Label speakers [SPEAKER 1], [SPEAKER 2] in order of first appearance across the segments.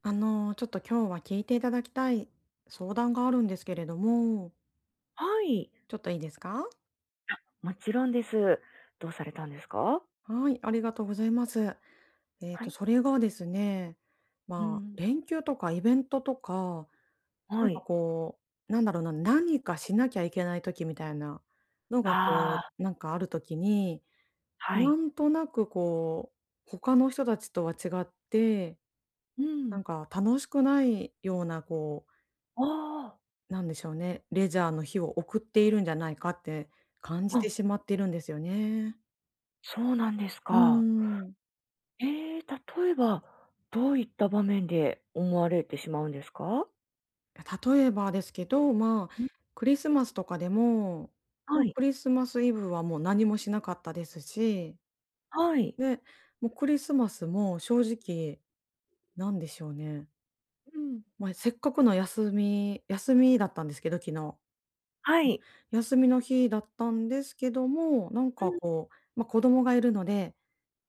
[SPEAKER 1] ちょっと今日は聞いていただきたい相談があるんですけれども、
[SPEAKER 2] はい。
[SPEAKER 1] ちょっといいですか？
[SPEAKER 2] あ、もちろんです。どうされたんですか？
[SPEAKER 1] はい、ありがとうございます。
[SPEAKER 2] はい。
[SPEAKER 1] それがですね、
[SPEAKER 2] う
[SPEAKER 1] まあ、
[SPEAKER 2] ん。
[SPEAKER 1] 連休とかイベントとか、な
[SPEAKER 2] は
[SPEAKER 1] んか
[SPEAKER 2] い。
[SPEAKER 1] こう、なんだろうな、何かしなきゃいけない時みたいなのが、
[SPEAKER 2] あ
[SPEAKER 1] こ
[SPEAKER 2] あ、
[SPEAKER 1] う、なんかある時に、
[SPEAKER 2] は
[SPEAKER 1] な
[SPEAKER 2] い。
[SPEAKER 1] んとなくこう、他の人たちとは違って、
[SPEAKER 2] う
[SPEAKER 1] な
[SPEAKER 2] ん。
[SPEAKER 1] んか楽しくないようなこう
[SPEAKER 2] あ
[SPEAKER 1] なんでしょうね、レジャーの日を送っているんじゃないかって感
[SPEAKER 2] あ、
[SPEAKER 1] じて
[SPEAKER 2] あ、
[SPEAKER 1] しまっているんですよね。
[SPEAKER 2] そうなんです
[SPEAKER 1] うー
[SPEAKER 2] か。
[SPEAKER 1] ん。
[SPEAKER 2] ええ、例えば、どういった場面で思われてしまうんですか？
[SPEAKER 1] 例えばですけど、まあ、
[SPEAKER 2] うん。
[SPEAKER 1] クリスマスとかでも、も
[SPEAKER 2] は
[SPEAKER 1] う
[SPEAKER 2] い、
[SPEAKER 1] クリスマスイブはもう何もしなかったですし、
[SPEAKER 2] はい。
[SPEAKER 1] で、もうクリスマスも正直、なんでしょうね、
[SPEAKER 2] うん。
[SPEAKER 1] まあ、せっかくの休みだったんですけど、昨日。
[SPEAKER 2] はい。
[SPEAKER 1] 休みの日だったんですけども、なん
[SPEAKER 2] う
[SPEAKER 1] か
[SPEAKER 2] ん、
[SPEAKER 1] こう、ま、子供がいるので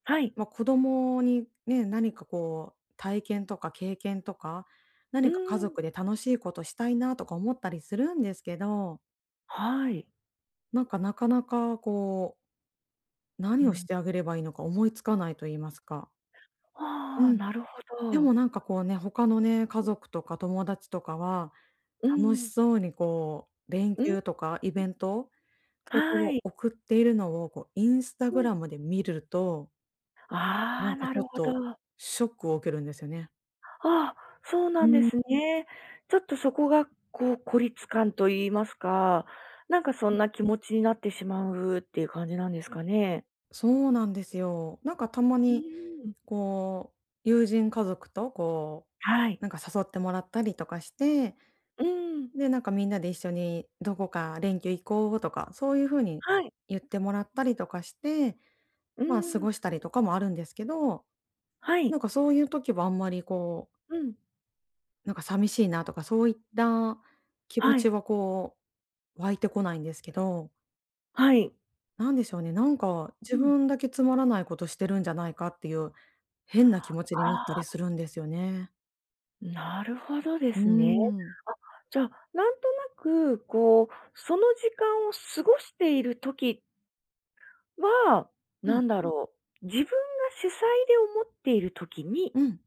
[SPEAKER 2] はい。
[SPEAKER 1] まあ、子供にね、何かこう、体験とか経験とか、
[SPEAKER 2] う
[SPEAKER 1] 何
[SPEAKER 2] ー
[SPEAKER 1] か家
[SPEAKER 2] ん、
[SPEAKER 1] 族で楽しいことしたいなとか思ったりするんですけど、
[SPEAKER 2] はい。
[SPEAKER 1] なんか、なかなかこう、
[SPEAKER 2] う
[SPEAKER 1] 何をし
[SPEAKER 2] ん。
[SPEAKER 1] てあげればいいのか思いつかないと言いますか。う
[SPEAKER 2] ああ、
[SPEAKER 1] ん。
[SPEAKER 2] なるほ
[SPEAKER 1] で
[SPEAKER 2] ど。
[SPEAKER 1] もなんかこうね、他のね、家族とか友達とかは、
[SPEAKER 2] う
[SPEAKER 1] 楽し
[SPEAKER 2] ん、
[SPEAKER 1] そうにこう、連
[SPEAKER 2] うん、
[SPEAKER 1] 休とかイベントこと
[SPEAKER 2] は
[SPEAKER 1] を
[SPEAKER 2] い。
[SPEAKER 1] 送っているのをこう、インスタ
[SPEAKER 2] う
[SPEAKER 1] グラ
[SPEAKER 2] ん。
[SPEAKER 1] ムで見ると、
[SPEAKER 2] あ
[SPEAKER 1] な
[SPEAKER 2] あ、
[SPEAKER 1] んか
[SPEAKER 2] な
[SPEAKER 1] ちょっ
[SPEAKER 2] るほ
[SPEAKER 1] と
[SPEAKER 2] ど。
[SPEAKER 1] ショックを受けるんですよね。
[SPEAKER 2] ああ、そう
[SPEAKER 1] う
[SPEAKER 2] な
[SPEAKER 1] ー
[SPEAKER 2] んですね。
[SPEAKER 1] ん。
[SPEAKER 2] ちょっとそこが、こう、孤立感と言いますか、なんかそんな気持ちになってしまうっていう感じなんですかね？
[SPEAKER 1] そうなんですよ。なんかたま
[SPEAKER 2] う
[SPEAKER 1] に、
[SPEAKER 2] ーん。
[SPEAKER 1] こう、友人家族とこ
[SPEAKER 2] は
[SPEAKER 1] う、
[SPEAKER 2] い。
[SPEAKER 1] なんか誘ってもらったりとかして、
[SPEAKER 2] うーん。
[SPEAKER 1] で、なんかみんなで一緒にどこか連休行こうとか、そういう風に
[SPEAKER 2] はい。
[SPEAKER 1] 言ってもらったりとかして、
[SPEAKER 2] うー
[SPEAKER 1] まあ、過
[SPEAKER 2] ん。
[SPEAKER 1] ごしたりとかもあるんですけど、
[SPEAKER 2] はい。
[SPEAKER 1] なんかそういう時はあんまりこう、
[SPEAKER 2] うん。
[SPEAKER 1] なんか寂しいなとか、そういった気持
[SPEAKER 2] は
[SPEAKER 1] ち
[SPEAKER 2] い。
[SPEAKER 1] はこう、湧いてこないんですけど。
[SPEAKER 2] はい。
[SPEAKER 1] なんでしょうね、なんか
[SPEAKER 2] う
[SPEAKER 1] 自
[SPEAKER 2] ん。
[SPEAKER 1] 分だけつまらないことしてるんじゃないかっていう、変な気持ち
[SPEAKER 2] あ
[SPEAKER 1] になったり
[SPEAKER 2] あ、
[SPEAKER 1] するんですよね。
[SPEAKER 2] なるほどで
[SPEAKER 1] うー
[SPEAKER 2] すね。
[SPEAKER 1] ん。
[SPEAKER 2] じゃあ、なんとなく、こう、その時間を過ごしている時は、
[SPEAKER 1] う
[SPEAKER 2] な
[SPEAKER 1] ん、
[SPEAKER 2] んだろう、自分が主催で思っている時に、
[SPEAKER 1] うん、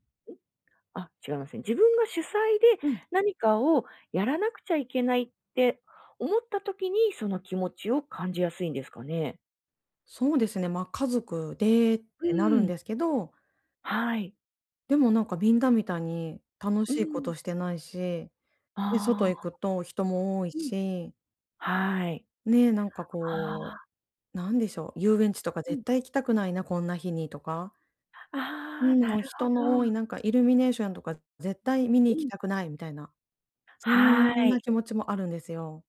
[SPEAKER 2] あ、違いますね。自分が主催で
[SPEAKER 1] うん。
[SPEAKER 2] 何かをやらなくちゃいけないって思った時に、その気持ちを感じやすいんですかね？
[SPEAKER 1] そうですね、ま、家族でっ
[SPEAKER 2] う
[SPEAKER 1] てなるん
[SPEAKER 2] ん。
[SPEAKER 1] ですけど、
[SPEAKER 2] はい。
[SPEAKER 1] でもなんかみんなみたいに楽
[SPEAKER 2] う
[SPEAKER 1] しいこ
[SPEAKER 2] ん。
[SPEAKER 1] としてないし、で、外
[SPEAKER 2] あ
[SPEAKER 1] 行く
[SPEAKER 2] あ。
[SPEAKER 1] と人も多い
[SPEAKER 2] うん。
[SPEAKER 1] し、
[SPEAKER 2] はい。
[SPEAKER 1] ね、なんか
[SPEAKER 2] あ
[SPEAKER 1] こ
[SPEAKER 2] あ。
[SPEAKER 1] う、なんでしょう、遊園地とか
[SPEAKER 2] うん。
[SPEAKER 1] 絶対行きたくないな、こんな日にとか、う
[SPEAKER 2] ああ、
[SPEAKER 1] ん、
[SPEAKER 2] な
[SPEAKER 1] もう
[SPEAKER 2] るほ
[SPEAKER 1] 人の多
[SPEAKER 2] ど。
[SPEAKER 1] いなんかイルミネーションとか絶対見に
[SPEAKER 2] う
[SPEAKER 1] 行き
[SPEAKER 2] ん。
[SPEAKER 1] たくないみたいなそ
[SPEAKER 2] は
[SPEAKER 1] ん
[SPEAKER 2] い。
[SPEAKER 1] な気持ちもあるんですよ。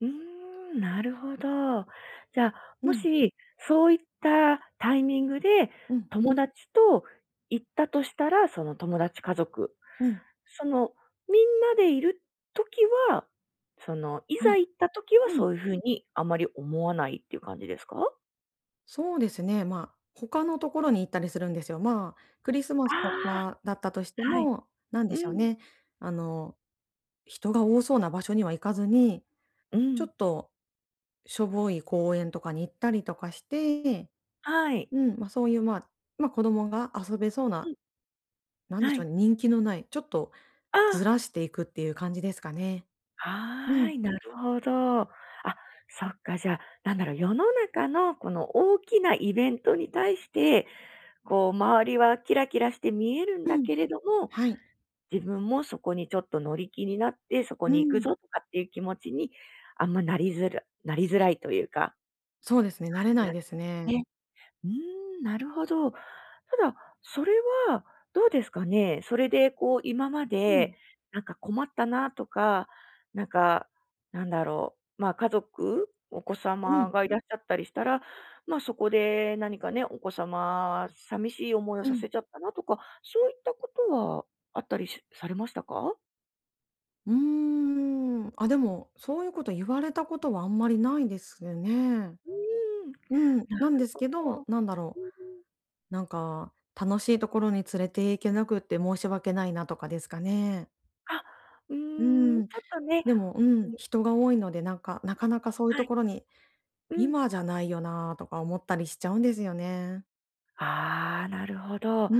[SPEAKER 2] うーん、なるほど。じゃあ、
[SPEAKER 1] う
[SPEAKER 2] も
[SPEAKER 1] ん、
[SPEAKER 2] し、そういったタイミングで
[SPEAKER 1] うん、
[SPEAKER 2] 友達と行ったとしたら、その友達、家族、
[SPEAKER 1] うん。
[SPEAKER 2] その、みんなでいる時は、その、い
[SPEAKER 1] は
[SPEAKER 2] ざ
[SPEAKER 1] い。
[SPEAKER 2] 行った時は
[SPEAKER 1] うん、
[SPEAKER 2] そういう風にあまり思わないっていう感じですか？
[SPEAKER 1] そうですね、まあ、他のところに行ったりするんですよ。まあ、クリスマ
[SPEAKER 2] あ
[SPEAKER 1] スと
[SPEAKER 2] あ、
[SPEAKER 1] かだったとして
[SPEAKER 2] はい。
[SPEAKER 1] も、なん
[SPEAKER 2] う
[SPEAKER 1] でしょう
[SPEAKER 2] ん。
[SPEAKER 1] ね、あの、人が多そうな場所には行かずに、
[SPEAKER 2] う
[SPEAKER 1] ちょ
[SPEAKER 2] ん。
[SPEAKER 1] っとしょぼい公園とかに行ったりとかして、
[SPEAKER 2] はい。
[SPEAKER 1] うん、ま、そういう、まあ、ま、子供が遊べそう
[SPEAKER 2] う
[SPEAKER 1] な、
[SPEAKER 2] ん、
[SPEAKER 1] なんで
[SPEAKER 2] は
[SPEAKER 1] しょう
[SPEAKER 2] い。
[SPEAKER 1] ね、人気のない、ちょっとず
[SPEAKER 2] あ
[SPEAKER 1] らしていくっていう感じですかね。
[SPEAKER 2] あ、
[SPEAKER 1] う
[SPEAKER 2] は
[SPEAKER 1] ん、
[SPEAKER 2] い、なるほど。あ、そっか、じゃあ、なんだろう、世の中のこの大きなイベントに対して、こう周りはキラキラして見えるん
[SPEAKER 1] う
[SPEAKER 2] だ
[SPEAKER 1] ん、
[SPEAKER 2] けれども、
[SPEAKER 1] はい、
[SPEAKER 2] 自分もそこにちょっと乗り気になって、そこ
[SPEAKER 1] う
[SPEAKER 2] に行く
[SPEAKER 1] ん。
[SPEAKER 2] ぞとかっていう気持ちに、あんまなりづらいというか、
[SPEAKER 1] そうですね、慣れないですね。
[SPEAKER 2] なね。うーん、なるほど。ただ、それはどうですかね。それでこう今ま
[SPEAKER 1] う
[SPEAKER 2] で、
[SPEAKER 1] ん、
[SPEAKER 2] なんか困ったなとか、なんか、なんだろう、まあ、家族、お子
[SPEAKER 1] う
[SPEAKER 2] 様
[SPEAKER 1] ん、
[SPEAKER 2] がいらっしゃったりしたら、まあ、そこで何かね、お子様、寂しい思いを
[SPEAKER 1] う
[SPEAKER 2] さ
[SPEAKER 1] ん。
[SPEAKER 2] せちゃったなとか、そういったことはあったりしされましたか？
[SPEAKER 1] うーん。あ、でも、そういうこと言われたことはあんまりないですね。
[SPEAKER 2] うーん、
[SPEAKER 1] うん、
[SPEAKER 2] な
[SPEAKER 1] なんで
[SPEAKER 2] る
[SPEAKER 1] す
[SPEAKER 2] ほ
[SPEAKER 1] けど、
[SPEAKER 2] ど。
[SPEAKER 1] なんだろ
[SPEAKER 2] うんうん。
[SPEAKER 1] う、なんか、楽しいところに連れて行けなくって申し訳ないなとかですかね。
[SPEAKER 2] あ、う
[SPEAKER 1] う
[SPEAKER 2] ーん、ち
[SPEAKER 1] ん。
[SPEAKER 2] ょっとね、
[SPEAKER 1] でも、う
[SPEAKER 2] う
[SPEAKER 1] ん、
[SPEAKER 2] ん、
[SPEAKER 1] 人が多いので、なんか、なかなかそういう
[SPEAKER 2] は
[SPEAKER 1] と
[SPEAKER 2] い、
[SPEAKER 1] ころに、
[SPEAKER 2] うん。
[SPEAKER 1] 今じゃないよなとか思ったりしちゃうんですよね。
[SPEAKER 2] ああ、なるほど。ああ、
[SPEAKER 1] うー
[SPEAKER 2] で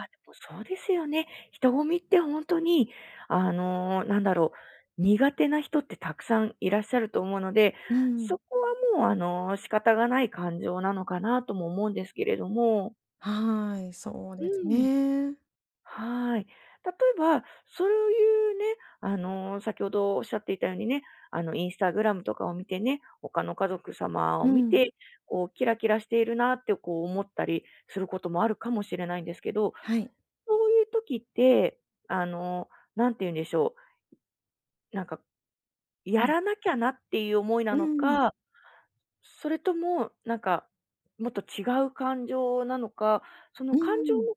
[SPEAKER 1] ん。
[SPEAKER 2] もそうですよね。人混みってほんとに、なんだろう、苦手な人ってたくさんいらっしゃると思うので、
[SPEAKER 1] う
[SPEAKER 2] そ
[SPEAKER 1] ん。
[SPEAKER 2] こはもう、仕方がない感情なのかなとも思うんですけれども。
[SPEAKER 1] はい、そう
[SPEAKER 2] う
[SPEAKER 1] です
[SPEAKER 2] ん。
[SPEAKER 1] ね。
[SPEAKER 2] はい。例えば、そういうね、先ほどおっしゃっていたようにね、インスタグラムとかを見てね、他の家族様を
[SPEAKER 1] う
[SPEAKER 2] 見
[SPEAKER 1] ん、
[SPEAKER 2] て、こう、キラキラしているなってこう思ったりすることもあるかもしれないんですけど、
[SPEAKER 1] はい。
[SPEAKER 2] そういう時って、あの、なんて言うんでしょう、なんか、やらなきゃなっていう思いな
[SPEAKER 1] う
[SPEAKER 2] の
[SPEAKER 1] ん、
[SPEAKER 2] か、それとも、なんか、もっと違う感情なのか、その
[SPEAKER 1] う
[SPEAKER 2] 感情
[SPEAKER 1] ん。
[SPEAKER 2] の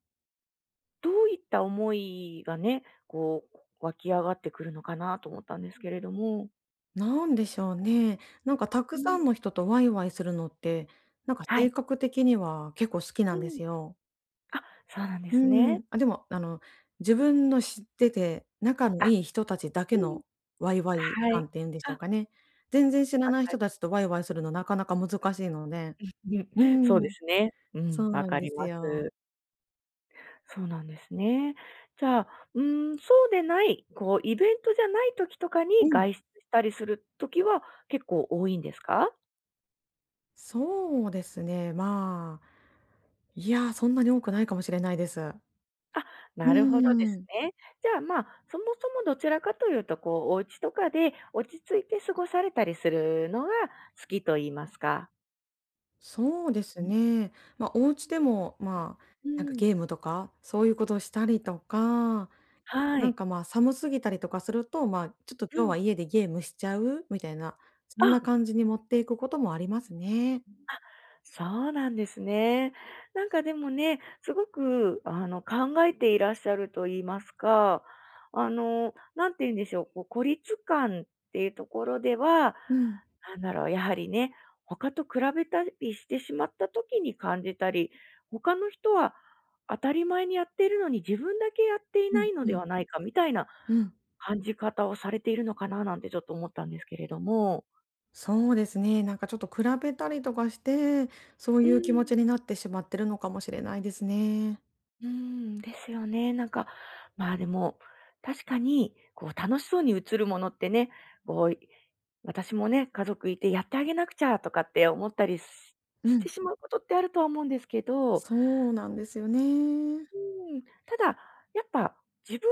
[SPEAKER 2] どういった思いがね、こう、湧き上がってくるのかなと思ったんですけれども。
[SPEAKER 1] なんでしょうね。なんかた
[SPEAKER 2] う
[SPEAKER 1] くさ
[SPEAKER 2] ん。
[SPEAKER 1] んの人とワイワイするのって、なんか
[SPEAKER 2] は
[SPEAKER 1] 性
[SPEAKER 2] い。
[SPEAKER 1] 格的には結構好きな
[SPEAKER 2] う
[SPEAKER 1] んで
[SPEAKER 2] ん。
[SPEAKER 1] すよ。
[SPEAKER 2] あ、そうなんで
[SPEAKER 1] う
[SPEAKER 2] すね。
[SPEAKER 1] ん。あ、でも自分の知ってて、仲の
[SPEAKER 2] あ、
[SPEAKER 1] いい人たちだけ
[SPEAKER 2] うん。
[SPEAKER 1] のワイワイ
[SPEAKER 2] はい。
[SPEAKER 1] 感っていうんでし
[SPEAKER 2] あ、
[SPEAKER 1] ょう
[SPEAKER 2] わ
[SPEAKER 1] かね。全然知ら
[SPEAKER 2] か
[SPEAKER 1] ない人
[SPEAKER 2] り
[SPEAKER 1] たちとワイワイするのなかなか難しいので。
[SPEAKER 2] うん、
[SPEAKER 1] う
[SPEAKER 2] そうで
[SPEAKER 1] ん、
[SPEAKER 2] すね。う
[SPEAKER 1] そ
[SPEAKER 2] ん、
[SPEAKER 1] う
[SPEAKER 2] わ
[SPEAKER 1] なん
[SPEAKER 2] か
[SPEAKER 1] で
[SPEAKER 2] り
[SPEAKER 1] す
[SPEAKER 2] ま
[SPEAKER 1] よ。
[SPEAKER 2] す。そうなんですね。じゃあ、うーん、そうでない、こうイベントじゃない時とかに
[SPEAKER 1] うん。
[SPEAKER 2] 外出したりする時は結構多いんですか？
[SPEAKER 1] そうですね、まあ、いや、そんなに多くないかもしれないです。
[SPEAKER 2] あ、
[SPEAKER 1] う
[SPEAKER 2] なるほどです
[SPEAKER 1] ーん。
[SPEAKER 2] ね。じゃあ、まあ、そもそもどちらかというと、こう、お家とかで落ち着いて過ごされたりするのが好きと言いますか。
[SPEAKER 1] そうです
[SPEAKER 2] うん。
[SPEAKER 1] ね。まあ、お家でも、まあ、なんかゲームとか、そういうことをしたりとか、
[SPEAKER 2] は
[SPEAKER 1] なん
[SPEAKER 2] い。
[SPEAKER 1] か、まあ、寒すぎたりとかすると、まあ、ちょっと
[SPEAKER 2] う
[SPEAKER 1] 今日
[SPEAKER 2] ん。
[SPEAKER 1] は家でゲームしちゃう？みたいな、そ
[SPEAKER 2] あ、
[SPEAKER 1] んな感じに持っていくこともありますね。
[SPEAKER 2] そうなんですね。なんかでもね、すごく、考えていらっしゃると言いますか、なんて言うんでしょう、こう、孤立感っていうところでは、
[SPEAKER 1] うん。
[SPEAKER 2] なんだろう、やはりね、他と比べたりしてしまった時に感じたり、他の人は当たり前にやっているのに自分だけやってい
[SPEAKER 1] う
[SPEAKER 2] な
[SPEAKER 1] ん
[SPEAKER 2] いの
[SPEAKER 1] う
[SPEAKER 2] で
[SPEAKER 1] ん。
[SPEAKER 2] はないかみたいな
[SPEAKER 1] うん。
[SPEAKER 2] 感じ方をされているのかななんてちょっと思ったんですけれども。
[SPEAKER 1] そうですね、なんかちょっと比べたりとかして、そう
[SPEAKER 2] う
[SPEAKER 1] いう気持
[SPEAKER 2] ん。
[SPEAKER 1] ちになってしまってるのかもしれないですね。
[SPEAKER 2] うーん、ですよね。なんか、まあ、でも、確かに、こう、楽しそうに映るものってね、こう、私もね、家族いてやってあげなくちゃとかって思ったりし
[SPEAKER 1] う
[SPEAKER 2] て
[SPEAKER 1] ん。
[SPEAKER 2] しまうことってあるとは思うんですけど、
[SPEAKER 1] そうなんですよね。
[SPEAKER 2] うん、ただ、やっぱ自分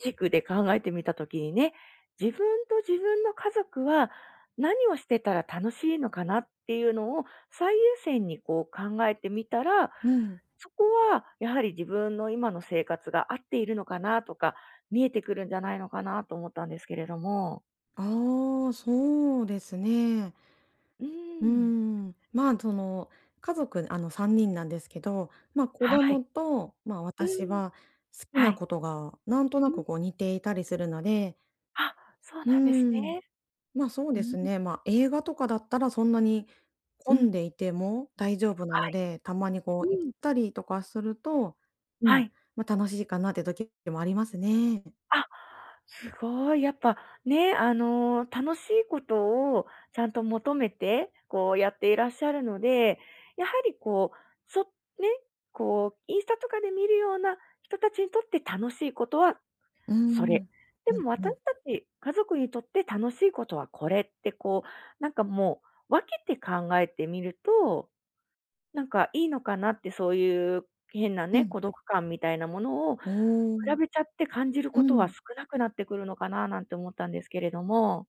[SPEAKER 2] 軸で考えてみた時にね、自分と自分の家族は何をしてたら楽しいのかなっていうのを最優先にこう考えてみたら、
[SPEAKER 1] うん。
[SPEAKER 2] そこはやはり自分の今の生活が合っているのかなとか、見えてくるんじゃないのかなと思ったんですけれども。
[SPEAKER 1] ああ、そうですね。
[SPEAKER 2] う
[SPEAKER 1] うー
[SPEAKER 2] ん。
[SPEAKER 1] ん、まあ、その、家族、3人なんですけど、ま、子
[SPEAKER 2] はい。
[SPEAKER 1] 供と、まあ、
[SPEAKER 2] う
[SPEAKER 1] 私
[SPEAKER 2] ん。
[SPEAKER 1] は好き
[SPEAKER 2] は
[SPEAKER 1] な
[SPEAKER 2] い。
[SPEAKER 1] ことがなんと
[SPEAKER 2] う
[SPEAKER 1] な
[SPEAKER 2] ん。
[SPEAKER 1] くこう似ていたりするので、
[SPEAKER 2] あ、そう
[SPEAKER 1] う
[SPEAKER 2] なんです
[SPEAKER 1] ーん、
[SPEAKER 2] ね。
[SPEAKER 1] ま、そう
[SPEAKER 2] う
[SPEAKER 1] で
[SPEAKER 2] ん。
[SPEAKER 1] すね、ま、映画とかだったらそんなに
[SPEAKER 2] う
[SPEAKER 1] 混ん
[SPEAKER 2] ん。
[SPEAKER 1] でいても大丈夫な
[SPEAKER 2] は
[SPEAKER 1] の
[SPEAKER 2] い。
[SPEAKER 1] で、たまにこう行っ
[SPEAKER 2] うん。
[SPEAKER 1] たりとかすると、う
[SPEAKER 2] は
[SPEAKER 1] ん、
[SPEAKER 2] い。
[SPEAKER 1] ま、楽しいかなって時もありますね。
[SPEAKER 2] あ、すごい、やっぱね、楽しいことをちゃんと求めて、こうやっていらっしゃるので、やはりこう、そね、こう、インスタとかで見るような人たちにとって楽しいことは
[SPEAKER 1] う
[SPEAKER 2] そ
[SPEAKER 1] ん。
[SPEAKER 2] れ、で
[SPEAKER 1] うん
[SPEAKER 2] も
[SPEAKER 1] う
[SPEAKER 2] 私た
[SPEAKER 1] ん。
[SPEAKER 2] ち家族にとって楽しいことはこれってこう、なんかもう分けて考えてみるとなんかいいのかなって、そういう変な
[SPEAKER 1] う
[SPEAKER 2] ね、
[SPEAKER 1] ん。
[SPEAKER 2] 孤独感みたいなものを比
[SPEAKER 1] おお。
[SPEAKER 2] べちゃって感じる
[SPEAKER 1] う
[SPEAKER 2] ことは
[SPEAKER 1] ん。
[SPEAKER 2] 少なくなってくるのかななんて思ったんですけれども。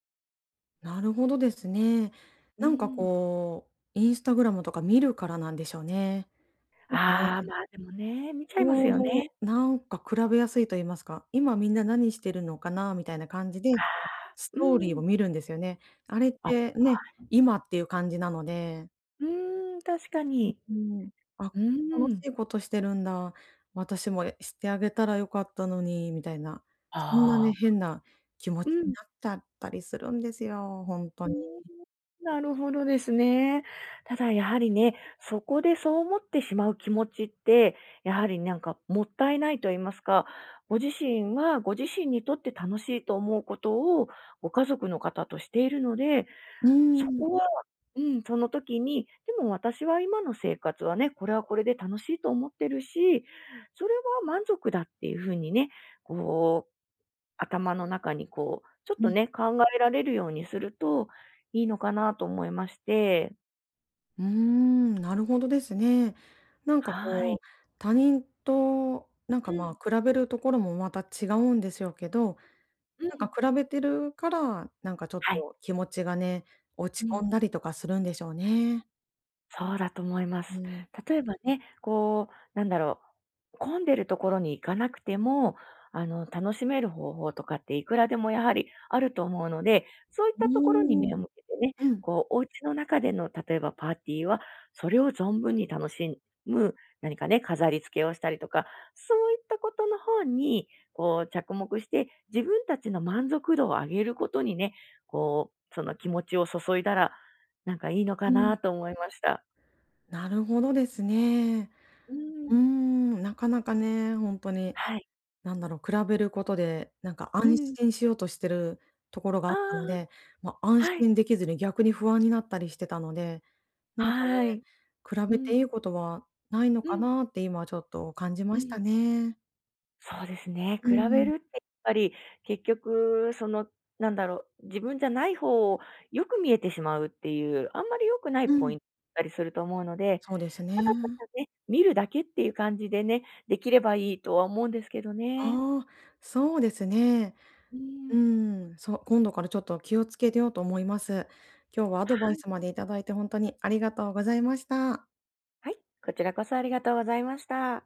[SPEAKER 1] なるほどですね。
[SPEAKER 2] うー
[SPEAKER 1] なんか
[SPEAKER 2] ん。
[SPEAKER 1] こう、インスタグラムとか見るからなんでしょうね。なんかね、
[SPEAKER 2] ああ、まあ、でもね、見ちゃ
[SPEAKER 1] ち
[SPEAKER 2] います
[SPEAKER 1] ょう
[SPEAKER 2] よね。
[SPEAKER 1] どなんか比べやすいと言いますか、今みんな何してるのかなみたいな感じで、ス
[SPEAKER 2] うー
[SPEAKER 1] トーリーを
[SPEAKER 2] ん。
[SPEAKER 1] 見るんですよね。あれっ
[SPEAKER 2] あ、
[SPEAKER 1] てね、今っていう感じなので、
[SPEAKER 2] うーん、確かに。
[SPEAKER 1] うん、あ、
[SPEAKER 2] うー
[SPEAKER 1] 楽し
[SPEAKER 2] ん。
[SPEAKER 1] いことしてるんだ、私もしてあげたらよかったのに、みたいな、そんな
[SPEAKER 2] あ
[SPEAKER 1] ね、
[SPEAKER 2] あ。
[SPEAKER 1] 変な気持
[SPEAKER 2] う
[SPEAKER 1] ちに
[SPEAKER 2] ん。
[SPEAKER 1] なっちゃったりするんですよ、本
[SPEAKER 2] う
[SPEAKER 1] 当
[SPEAKER 2] ー
[SPEAKER 1] に。
[SPEAKER 2] ん。なるほどですね。ただやはりね、そこでそう思ってしまう気持ちって、やはりなんかもったいないと言いますか、ご自身はご自身にとって楽しいと思うことをご家族の方としているので、
[SPEAKER 1] う
[SPEAKER 2] そ
[SPEAKER 1] ん。
[SPEAKER 2] こは、うん、その時に、でも私は今の生活はね、これはこれで楽しいと思ってるし、それは満足だっていうふうにね、こう頭の中にこう、ちょっとね、考えられるようにするといいのかなと思いまして。
[SPEAKER 1] うーん、なるほどですね。なんか
[SPEAKER 2] はい。
[SPEAKER 1] こう、他人となんか
[SPEAKER 2] うん、
[SPEAKER 1] まあ比べるところもまた違うんでしょうけど、
[SPEAKER 2] う
[SPEAKER 1] なんか
[SPEAKER 2] ん。
[SPEAKER 1] 比べてるから、なんかちょっ
[SPEAKER 2] はい。
[SPEAKER 1] と気持ちがね、落
[SPEAKER 2] う
[SPEAKER 1] ち込
[SPEAKER 2] ん。
[SPEAKER 1] んだりとかするんでしょうね。
[SPEAKER 2] そうだと思いま
[SPEAKER 1] う
[SPEAKER 2] す。
[SPEAKER 1] ん。
[SPEAKER 2] 例えばね、こう、なんだろう、混んでるところに行かなくても、楽しめる方法とかっていくらでもやはりあると思うので、そういっ
[SPEAKER 1] う
[SPEAKER 2] たところに
[SPEAKER 1] ーん、
[SPEAKER 2] 目を向けてね、
[SPEAKER 1] うん、
[SPEAKER 2] こう、お家の中での例えばパーティーは、それを存分に楽しむ、何かね、飾り付けをしたりとか、そういったことの方に、こう、着目して、自分たちの満足度を上げることにね、こう、その気持ちを注いだら、なんかいいのか
[SPEAKER 1] うん。
[SPEAKER 2] なと思いました。
[SPEAKER 1] なるほどですね。
[SPEAKER 2] うー
[SPEAKER 1] うー
[SPEAKER 2] ん。
[SPEAKER 1] ん、なかなかね、ほんとに、
[SPEAKER 2] はい。
[SPEAKER 1] なんだろう、比べることで、なんか
[SPEAKER 2] う
[SPEAKER 1] 安
[SPEAKER 2] ん。
[SPEAKER 1] 心しようとしてるところが
[SPEAKER 2] あ
[SPEAKER 1] あったの
[SPEAKER 2] あ、
[SPEAKER 1] で、ま、安
[SPEAKER 2] はい。
[SPEAKER 1] 心できずに逆に不安になったりしてたので、なんかね、
[SPEAKER 2] はい。
[SPEAKER 1] 比
[SPEAKER 2] う
[SPEAKER 1] べていい
[SPEAKER 2] ん。
[SPEAKER 1] ことはないの
[SPEAKER 2] う
[SPEAKER 1] か
[SPEAKER 2] ん。
[SPEAKER 1] なって今ちょっと感じ
[SPEAKER 2] う
[SPEAKER 1] ました
[SPEAKER 2] ん。
[SPEAKER 1] ね。
[SPEAKER 2] そうですね。
[SPEAKER 1] うん
[SPEAKER 2] 比
[SPEAKER 1] う
[SPEAKER 2] べ
[SPEAKER 1] ん。
[SPEAKER 2] るってやっぱり、結局、その、なんだろう、自分じゃない方をよく見えてしまうっていう、あんまり良くないポイントだったりすると思うので、
[SPEAKER 1] そうですね。
[SPEAKER 2] ただただね、見るだけっていう感じでね、できればいいとは思うんですけどね。
[SPEAKER 1] ああ、そうですね。
[SPEAKER 2] う
[SPEAKER 1] う
[SPEAKER 2] ん。
[SPEAKER 1] ん、そう、今度からちょっと気をつけようと思います。今日はアドバイスまでいただいて本当にありがとうございました。
[SPEAKER 2] はい、こちらこそありがとうございました。